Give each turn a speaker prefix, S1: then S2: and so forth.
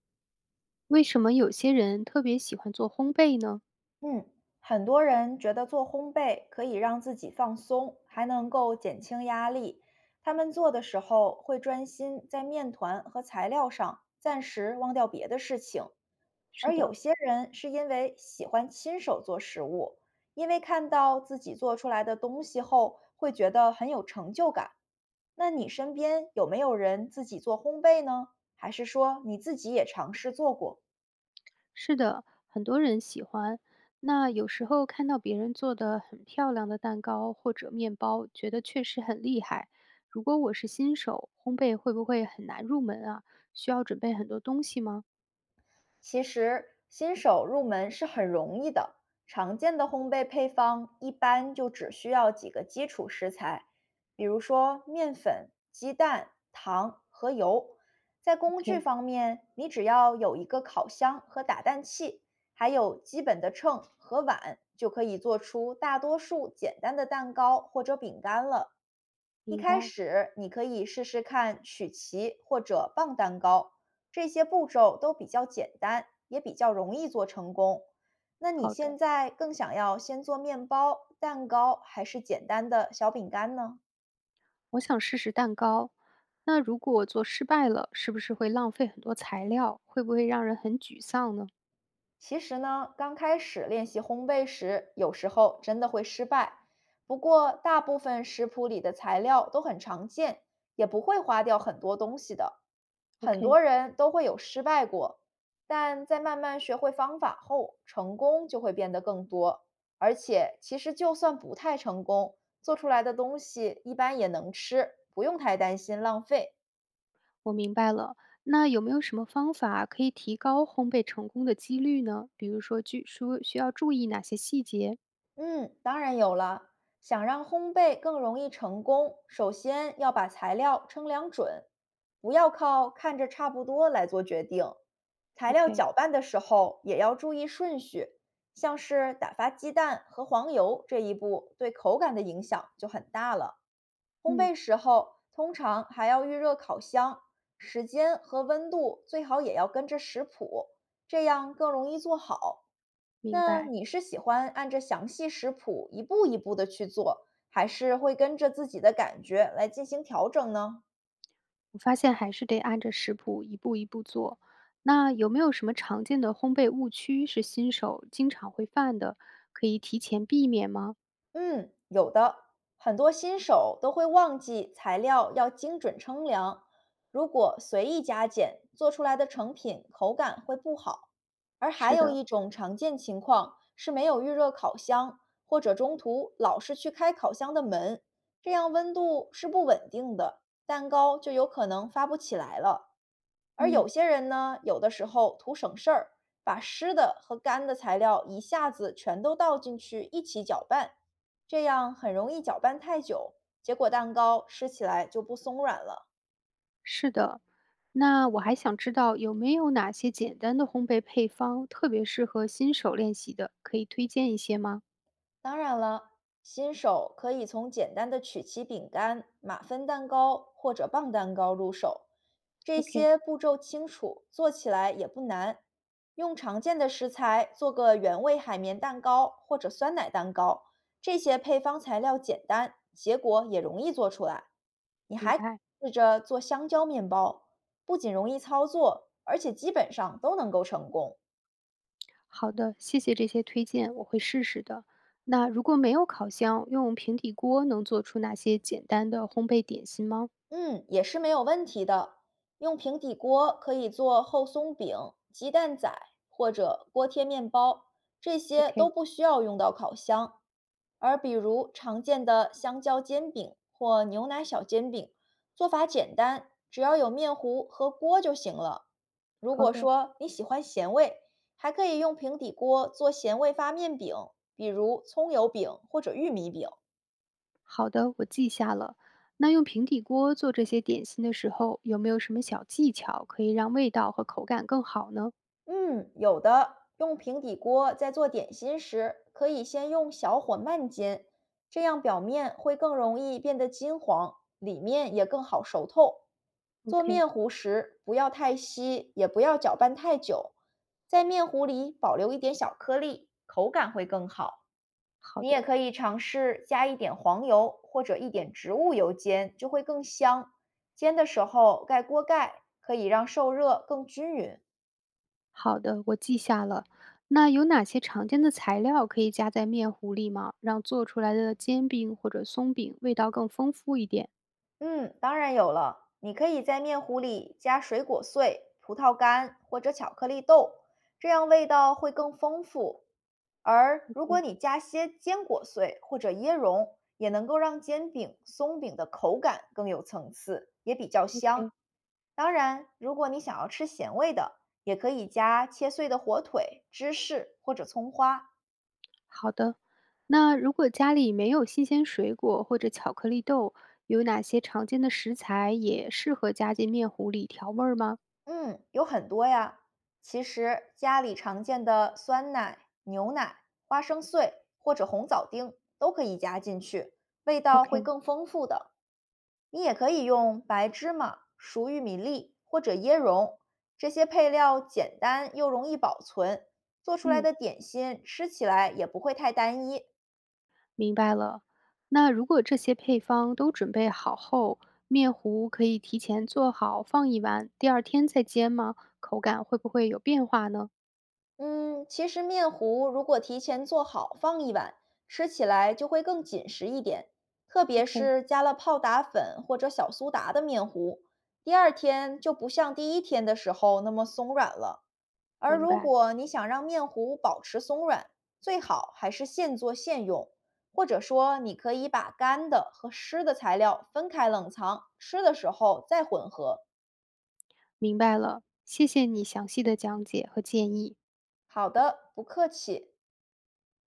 S1: 为什么有些人特别喜欢做烘焙呢？
S2: 嗯，很多人觉得做烘焙可以让自己放松，还能够减轻压力。他们做的时候会专心在面团和材料上，暂时忘掉别的事情。
S1: 是
S2: 而有
S1: 的，
S2: 些人是因为喜欢亲手做食物，因为看到自己做出来的东西后，会觉得很有成就感。那你身边有没有人自己做烘焙呢？还是说你自己也尝试做过？
S1: 是的，很多人喜欢。那有时候看到别人做的很漂亮的蛋糕或者面包，觉得确实很厉害。如果我是新手，烘焙会不会很难入门啊？需要准备很多东西吗
S2: 其实新手入门是很容易的，常见的烘焙配方一般就只需要几个基础食材，比如说面粉、鸡蛋、糖和油。在工具
S1: ？OK，
S2: 方面，你只要有一个烤箱和打蛋器，还有基本的秤和碗，就可以做出大多数简单的蛋糕或者饼干了。一
S1: 明
S2: 开
S1: 白。
S2: 始，你可以试试看曲奇或者棒蛋糕。这些步骤都比较简单，也比较容易做成功。那你
S1: 好
S2: 现
S1: 的，
S2: 在更想要先做面包、蛋糕，还是简单的小饼干呢？
S1: 我想试试蛋糕。那如果我做失败了，是不是会浪费很多材料？会不会让人很沮丧呢
S2: 其实呢，刚开始练习烘焙时，有时候真的会失败。不过，大部分食谱里的材料都很常见，也不会花掉很多东西的。很
S1: ？OK，
S2: 多人都会有失败过，但在慢慢学会方法后，成功就会变得更多。而且，其实就算不太成功，做出来的东西一般也能吃，不用太担心浪费。
S1: 我明白了，那有没有什么方法可以提高烘焙成功的几率呢？比如说，据说需要注意哪些细节
S2: 嗯，当然有了。想让烘焙更容易成功，首先要把材料称量准，不要靠看着差不多来做决定。材料
S1: ？OK，
S2: 搅拌的时候也要注意顺序，像是打发鸡蛋和黄油这一步对口感的影响就很大了。烘
S1: 嗯，
S2: 焙时候通常还要预热烤箱，时间和温度最好也要跟着食谱，这样更容易做好。
S1: 明
S2: 那
S1: 白。
S2: 你是喜欢按着详细食谱一步一步的去做，还是会跟着自己的感觉来进行调整呢？
S1: 我发现还是得按着食谱一步一步做。那有没有什么常见的烘焙误区是新手经常会犯的，可以提前避免吗？
S2: 嗯，有的，很多新手都会忘记材料要精准称量，如果随意加减，做出来的成品口感会不好。而还
S1: 是
S2: 有
S1: 的，
S2: 一种常见情况是没有预热烤箱，或者中途老是去开烤箱的门，这样温度是不稳定的，蛋糕就有可能发不起来了。而有
S1: 嗯，
S2: 些人呢，有的时候图省事儿，把湿的和干的材料一下子全都倒进去一起搅拌，这样很容易搅拌太久，结果蛋糕吃起来就不松软了。
S1: 是的。那我还想知道有没有哪些简单的烘焙配方特别适合新手练习的，可以推荐一些吗
S2: 当然了，新手可以从简单的曲奇饼干、马芬蛋糕或者棒蛋糕入手，这
S1: ？OK，
S2: 些步骤清楚，做起来也不难。用常见的食材做个原味海绵蛋糕或者酸奶蛋糕，这些配方材料简单，结果也容易做出来。
S1: 明白。
S2: 试着做香蕉面包，不仅容易操作，而且基本上都能够成功。
S1: 好的，谢谢这些推荐，我会试试的。那如果没有烤箱，用平底锅能做出哪些简单的烘焙点心吗
S2: 嗯，也是没有问题的。用平底锅可以做厚松饼、鸡蛋仔或者锅贴面包，这些都
S1: ？OK，
S2: 不需要用到烤箱。而比如常见的香蕉煎饼或牛奶小煎饼，做法简单，只要有面糊和锅就行了。如
S1: 好
S2: 果
S1: 的，
S2: 说你喜欢咸味，还可以用平底锅做咸味发面饼，比如葱油饼或者玉米饼。
S1: 好的，我记下了。那用平底锅做这些点心的时候，有没有什么小技巧可以让味道和口感更好呢
S2: 嗯，有的。用平底锅在做点心时，可以先用小火慢煎，这样表面会更容易变得金黄，里面也更好熟透。做
S1: ？OK，
S2: 面糊时，不要太稀，也不要搅拌太久，在面糊里保留一点小颗粒，口感会更好。
S1: 好
S2: 你也
S1: 的，
S2: 可以尝试加一点黄油或者一点植物油煎，就会更香。煎的时候盖锅盖，可以让受热更均匀。
S1: 好的，我记下了。那有哪些常见的材料可以加在面糊里吗？让做出来的煎饼或者松饼味道更丰富一点
S2: 嗯，当然有了。你可以在面糊里加水果碎、葡萄干或者巧克力豆，这样味道会更丰富。而如果
S1: 嗯
S2: 你加些坚果碎或者椰蓉，也能够让煎饼、松饼的口感更有层次，也比较香。
S1: ？OK，
S2: 当然，如果你想要吃咸味的，也可以加切碎的火腿、芝士或者葱花，
S1: 好的，那如果家里没有新鲜水果或者巧克力豆，有哪些常见的食材也适合加进面糊里调味儿吗
S2: 嗯，有很多呀。其实家里常见的酸奶、牛奶、花生碎或者红枣丁都可以加进去，味道会
S1: ？OK，
S2: 更丰富的。你也可以用白芝麻、熟玉米粒或者椰蓉，这些配料简单又容易保存，做出来
S1: 嗯，
S2: 的点心吃起来也不会太单一。
S1: 明白了。那如果这些配方都准备好后，面糊可以提前做好放一晚，第二天再煎吗？口感会不会有变化呢
S2: 嗯，其实面糊如果提前做好放一晚，吃起来就会更紧实一点。特别
S1: ？OK，
S2: 是加了泡打粉或者小苏打的面糊，第二天就不像第一天的时候那么松软了。而
S1: 明
S2: 如
S1: 白，
S2: 果你想让面糊保持松软，最好还是现做现用，或者说你可以把干的和湿的材料分开冷藏，吃的时候再混合。
S1: 明白了，谢谢你详细的讲解和建议。
S2: 好的，不客气。